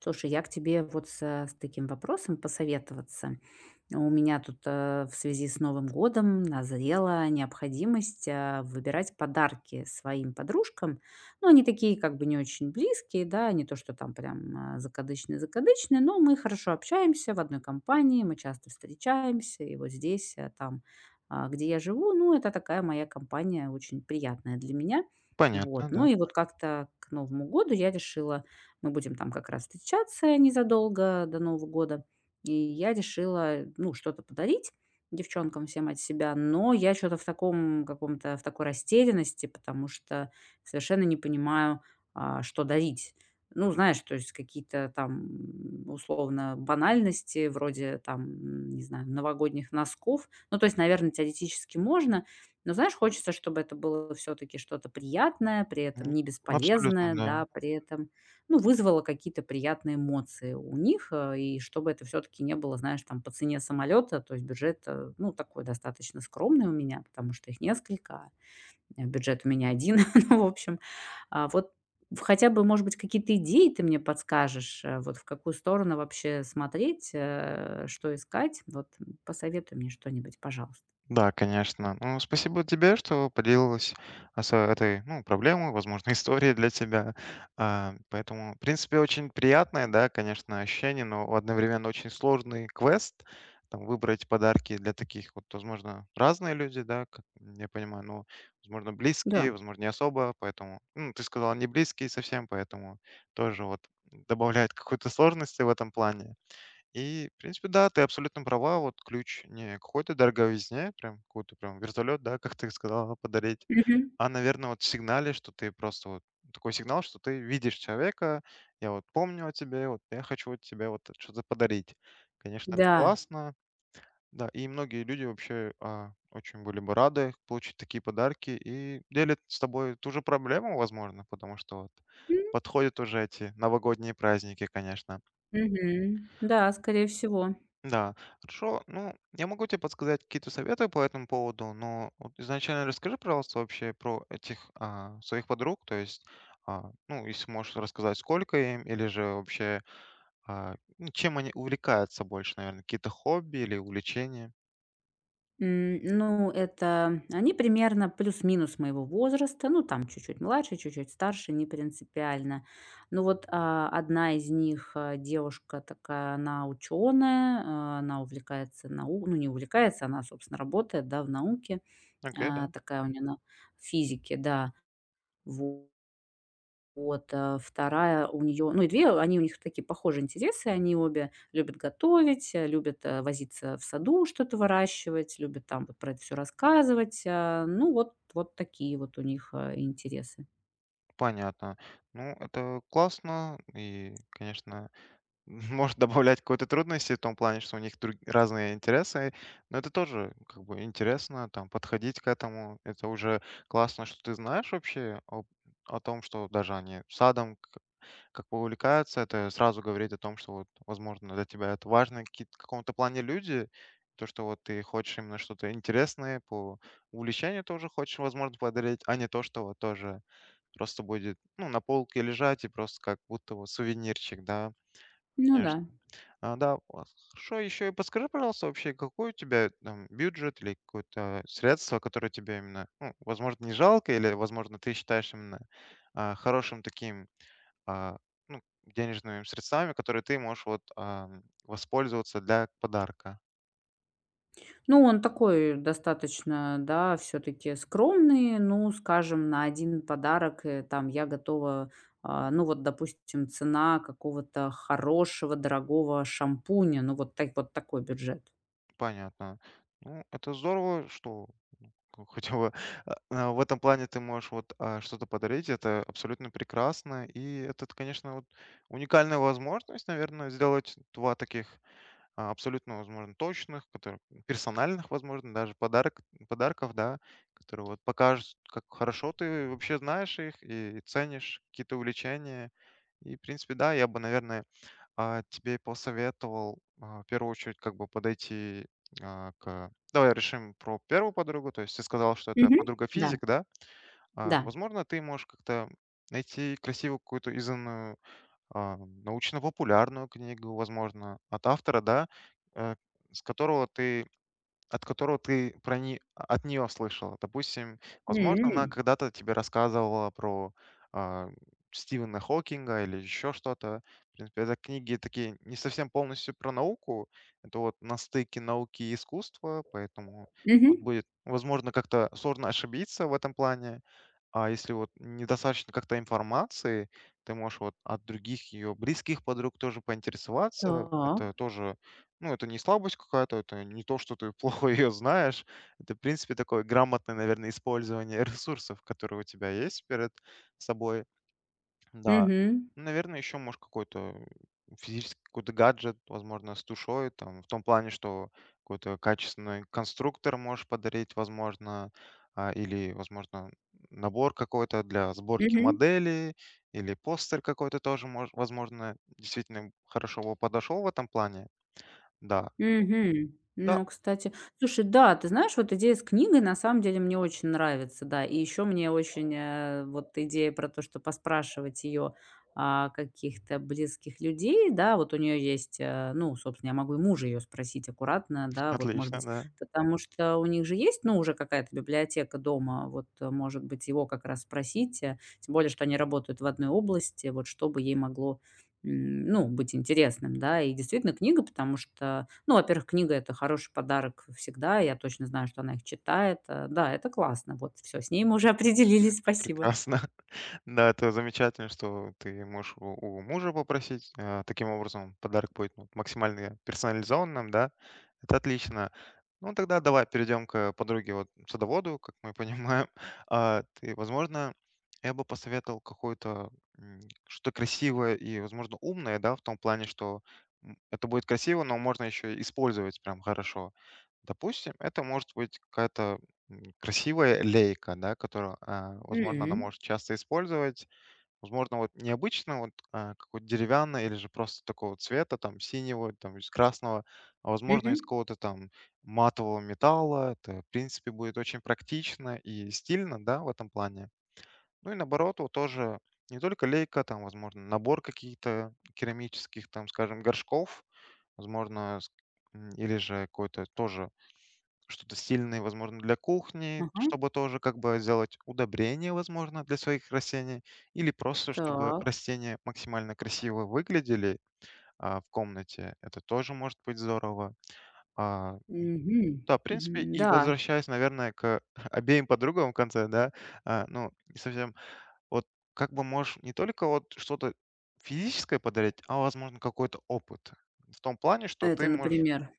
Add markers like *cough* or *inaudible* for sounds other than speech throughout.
Слушай, я к тебе вот с таким вопросом посоветоваться. У меня тут в связи с Новым годом назрела необходимость выбирать подарки своим подружкам. Ну, они такие как бы не очень близкие, да, не то, что там прям закадычные-закадычные, но мы хорошо общаемся в одной компании, мы часто встречаемся, и вот здесь, где я живу, ну, это такая моя компания очень приятная для меня. Понятно, Вот. да. Ну и вот как-то к Новому году я решила, мы будем там как раз встречаться незадолго до Нового года. И я решила, ну, что-то подарить девчонкам всем от себя, но я что-то в таком каком-то, в такой растерянности, потому что совершенно не понимаю, что дарить. Ну, знаешь, то есть какие-то там условно банальности, вроде там, не знаю, новогодних носков. Ну, то есть, наверное, теоретически можно, но, знаешь, хочется, чтобы это было все-таки что-то приятное, при Мгм. этом не Абсолютно, бесполезное, да. да, при этом ну, вызвало какие-то приятные эмоции у них, и чтобы это все таки не было, знаешь, там по цене самолета. То есть бюджет, ну, такой достаточно скромный у меня, потому что их несколько, бюджет у меня один. *laughs* Ну, в общем, а, вот в хотя бы, может быть, какие-то идеи ты мне подскажешь, вот в какую сторону вообще смотреть, что искать. Вот, посоветуй мне что-нибудь, пожалуйста. Да, конечно. Ну, спасибо тебе, что поделилась с этой, ну, проблемой, возможно, *laughs* историей для тебя. Поэтому, в принципе, очень приятное, да, конечно, ощущение, но одновременно очень сложный квест. Там выбрать подарки для таких вот, возможно, разные люди, да, как я понимаю, ну, возможно, близкие, Да. возможно, не особо, поэтому, ну, ты сказала не близкие совсем, поэтому тоже вот добавляет какой-то сложности в этом плане. И, в принципе, да, ты абсолютно права. Вот ключ не какой-то дороговизне, прям какой-то прям вертолет, да, *laughs* как ты сказала, ну, подарить, Мгм. Наверное, вот в сигнале, что ты просто вот такой сигнал, что ты видишь человека, я вот помню о тебе, вот я хочу вот тебе вот что-то подарить. Конечно, это Да. классно, да, и многие люди вообще очень были бы рады получить такие подарки и делят с тобой ту же проблему, возможно, потому что вот М. подходят уже эти новогодние праздники, конечно. Мгм. Да, скорее всего. Да, хорошо. Ну, я могу тебе подсказать какие-то советы по этому поводу, но вот изначально расскажи, пожалуйста, вообще про этих своих подруг, то есть, ну, если можешь рассказать, сколько им, или же вообще, ну, чем они увлекаются больше, наверное, какие-то хобби или увлечения. М, ну, это они примерно плюс-минус моего возраста, ну, там чуть-чуть младше, чуть-чуть старше, не принципиально. Ну, вот, одна из них, девушка такая, она ученая, она увлекается нау ну, не увлекается, она, собственно, работает, да, в науке. Окей, да, Такая у нее на физике, да, во 2 у нее, они у них такие похожие интересы. Они обе любят готовить, любят, возиться в саду, что-то выращивать, любят там вот про это все рассказывать. Вот такие вот у них, интересы. понятно. Ну, это классно, и, конечно, может добавлять какой-то трудности в том плане, что у них разные интересы, но это тоже как бы интересно, там, подходить к этому. Это уже классно, что ты знаешь вообще о том, что даже они садом как бы увлекаются, это сразу говорит о том, что вот, возможно, для тебя это важно в каком-то плане люди, то, что вот ты хочешь именно что-то интересное по увлечению тоже хочешь, возможно, подарить, а не то, что вот тоже просто будет, ну, на полке лежать и просто как будто вот сувенирчик, да, Ну да. конечно. А, да, а, Хорошо. Еще и подскажи, пожалуйста, вообще, какой у тебя там бюджет или какое-то средство, которое тебе именно, ну, возможно, не жалко, или, возможно, ты считаешь именно хорошим таким а, ну, денежными средствами, которые ты можешь вот воспользоваться для подарка. Ну, он такой достаточно, да, все таки скромный. Ну, скажем, на один подарок, там я готова, ну, вот, допустим, цена какого-то хорошего, дорогого шампуня. Ну, вот так вот такой бюджет. Понятно. Ну, это здорово, что *laughs* хотя бы в этом плане ты можешь вот что-то подарить, это абсолютно прекрасно, и это, конечно, вот уникальная возможность, наверное, сделать два таких абсолютно, возможно, точных, которые персональных, возможно, даже подарок, подарков, да, которые вот покажут, как хорошо ты вообще знаешь их и ценишь какие-то увлечения. И, в принципе, да, я бы, наверное, тебе посоветовал в первую очередь как бы подойти к... Давай решим про первую подругу, то есть ты сказал, что это Мгм. подруга Да, физик, да? А, да. возможно, ты можешь как-то найти красивую какую-то изданную а, научно-популярную книгу, возможно, от автора, да, э, с которого ты от которого ты про не от нее слышала. Допустим, возможно, она М. когда-то тебе рассказывала про а, Стивена Хокинга или еще что-то. В принципе, это книги такие не совсем полностью про науку. Это вот на стыке науки и искусства, поэтому Мгм. тут будет, возможно, как-то сложно ошибиться в этом плане. А если вот недостаточно как-то информации, ты можешь вот от других ее близких подруг тоже поинтересоваться. Это Так. тоже, ну, это не слабость какая-то, это не то, что ты *laughs* плохо ее знаешь. Это, в принципе, такое грамотное, наверное, использование *laughs* ресурсов, которые у тебя есть перед собой. Да. Мгм. Наверное, еще, может, какой-то физический какой-то гаджет, возможно, с душой, там, в том плане, что какой-то качественный конструктор можешь подарить, возможно, или, возможно, набор какой-то для сборки Мгм. модели, или постер какой-то тоже, возможно, действительно хорошо бы подошел в этом плане. Да, Мгм. да, Ну, кстати, слушай, да, ты знаешь, вот идея с книгой на самом деле мне очень нравится, да. И еще мне очень вот идея про то, что поспрашивать ее каких-то близких людей, да, вот у нее есть, ну, собственно, я могу и мужа ее спросить аккуратно, да, вот, может отлично, быть, да, потому что у них же есть, ну, уже какая-то библиотека дома, вот, может быть, его как раз спросить, тем более, что они работают в одной области, вот, чтобы ей могло, ну, быть интересным, да, и действительно книга, потому что ну, во-первых, книга — это хороший подарок всегда. Я точно знаю, что она их читает. Да, это классно. Вот все, с ней мы уже *laughs* определились. Спасибо. прекрасно. *laughs* Да, это замечательно, что ты можешь у мужа попросить. Э, таким образом, подарок будет, ну, максимально персонализованным, да. Это отлично. Ну, тогда давай перейдем к подруге, вот, садоводу, как мы понимаем. *laughs* Ты, возможно, я бы посоветовал какое-то, м, что-то красивое и, возможно, умное, да, в том плане, что, это будет красиво, но можно еще и использовать прям хорошо. Допустим, это может быть какая-то красивая лейка, да, которую, возможно, она М, может часто использовать. Возможно, вот необычно, вот какой-то деревянный или же просто такого цвета, там, синего, там, из красного, а возможно, из мгм. какого-то там матового металла. Это, в принципе, будет очень практично и стильно, да, в этом плане. Ну и наоборот, вот тоже не только лейка, там, возможно, набор каких-то керамических, там, скажем, горшков, возможно, или же какой-то тоже что-то сильное, возможно, для кухни, Ага. чтобы тоже как бы сделать удобрение, возможно, для своих растений, или просто чтобы Так. растения максимально красиво выглядели в комнате. Это тоже может быть здорово. А, Мгм. да, в принципе, Мгм. и Да, возвращаясь, наверное, к *laughs* обеим подругам в конце, да, ну, не совсем, вот как бы можешь не только вот что-то физическое подарить, а, возможно, какой-то опыт. В том плане, что это, ты можешь например.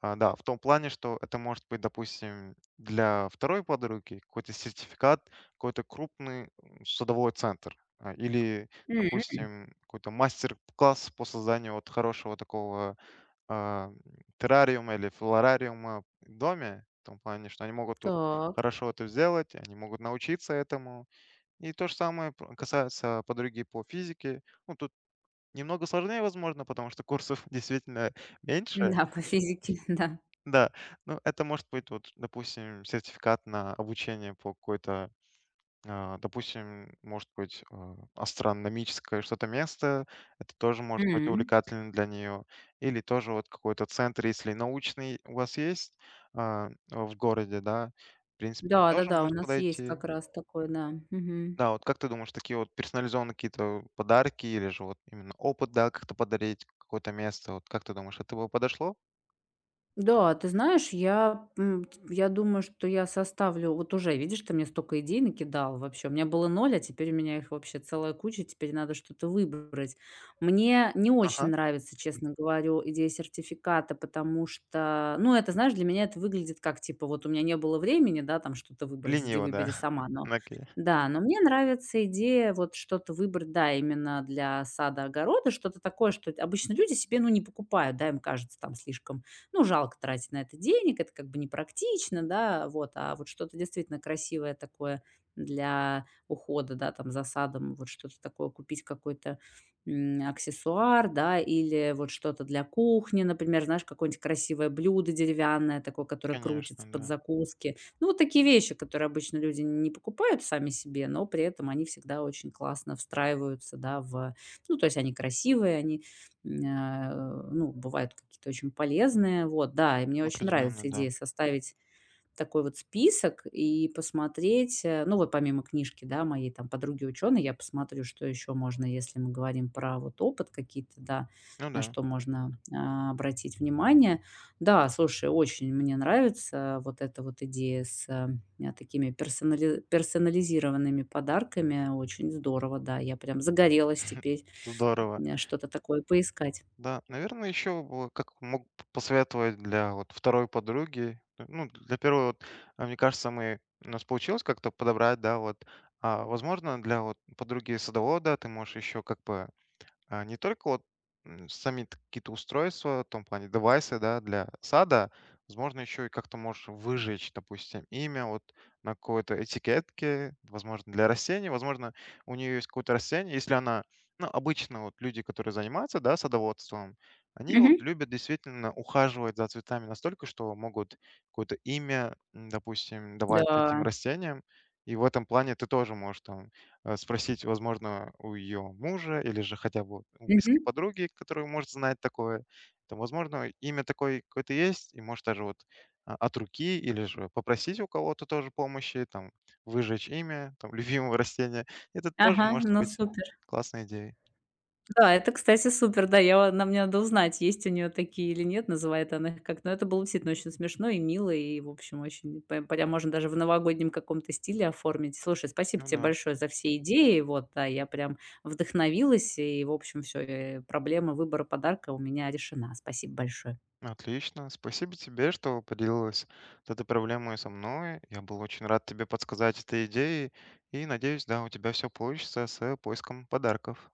а, да, в том плане, что это может быть, допустим, для второй подруги какой-то сертификат, какой-то крупный судовой центр или, М. допустим, какой-то мастер-класс по созданию вот хорошего такого а, м, террариума или флорариума в доме, в том плане, что они могут тут Так. хорошо это сделать, они могут научиться этому. И то же самое касается подруги по физике. Ну, тут немного сложнее, возможно, потому что курсов *laughs* действительно *laughs* меньше, Да, по физике, *laughs* да. да, ну, это может быть, вот, допустим, сертификат на обучение по какой-то, допустим, может быть, астрономическое что-то место. Это тоже может быть М. увлекательно для нее. Или тоже вот какой-то центр, если научный у вас есть в городе, да, в принципе, это тоже Да-да-да, у может нас есть подойти. как раз такой, да. Мгм. Да, вот как ты думаешь, такие вот персонализованные какие-то подарки или же вот именно опыт, да, как-то подарить какое-то место, вот как ты думаешь, это бы подошло? Да, ты знаешь, я думаю, что я составлю, вот уже, видишь, ты мне столько идей накидал вообще. У меня было ноль, а теперь у меня их вообще целая куча, теперь надо что-то выбрать. Мне не очень Ага, нравится, честно говорю, идея сертификата, потому что, ну, это, знаешь, для меня это выглядит как, типа, вот у меня не было времени, да, там что-то выбрать, иди лениво, да, выбери сама, *laughs* но окей. да, но мне нравится идея вот что-то выбрать, да, именно для сада-огорода, что-то такое, что обычно люди себе, ну, не покупают, да, им кажется там слишком ну, жалко тратить на это денег, это как бы непрактично, да, вот, а вот что-то действительно красивое такое для ухода, да, там, за садом, вот что-то такое, купить какой-то аксессуар, да, или вот что-то для кухни, например, знаешь, какое-нибудь красивое блюдо деревянное такое, которое Конечно, крутится под да. закуски. Ну, вот такие вещи, которые обычно люди не покупают сами себе, но при этом они всегда очень классно встраиваются, да, в... Ну, то есть они красивые, а, ну, бывают какие-то очень полезные. Вот, да, и мне очень Определенно, нравится да. идея составить такой вот список и посмотреть, ну, вот помимо книжки, да, моей там подруги ученой, я посмотрю, что еще можно, если мы говорим про вот опыт какие-то, да, Ну на да, что можно обратить внимание. Да, слушай, очень мне нравится вот эта вот идея с персонализированными подарками. Очень здорово, да, я прям загорелась теперь здорово. Что-то такое поискать. Да, наверное, еще вот как мог посоветовать для вот второй подруги, э, ну, для первой, вот, мне кажется, мы у нас получилось как-то подобрать, да, вот, возможно, для вот подруги садовода ты можешь еще как бы не только вот какие-то устройства, в том плане девайсы, да, для сада, возможно, еще и как-то можешь выжечь, допустим, имя вот на какой-то этикетке, возможно, для растений, возможно, у нее есть какое-то растение, если она, ну, обычно вот люди, которые занимаются, да, садоводством, они вот Мгм. любят действительно ухаживать за цветами настолько, что могут какое-то имя, допустим, давать этим Да. растениям, и в этом плане ты тоже можешь там спросить, возможно, у ее мужа или же хотя бы у близкой Мгм. подруги, которая может знать такое. Там, возможно, имя такое какое-то есть, и может даже вот от руки или же попросить у кого-то тоже помощи, там, выжечь имя, там, *laughs* любимого растения. Это тоже Ага, может ну быть супер. классной идеей. Да, это, кстати, супер. Да, я нам мне надо узнать, есть у нее такие или нет, называет она их как. Но это было действительно очень смешно и мило, и, в общем, очень прям можно даже в новогоднем каком-то стиле оформить. Слушай, спасибо Ну тебе да, большое за все идеи. Вот, да, я прям вдохновилась, и, в общем, все, проблема выбора подарка у меня решена. Спасибо большое. отлично. Спасибо тебе, что поделилась вот этой проблемой со мной. Я был очень рад тебе подсказать этой идеи. И надеюсь, да, у тебя все получится с поиском подарков.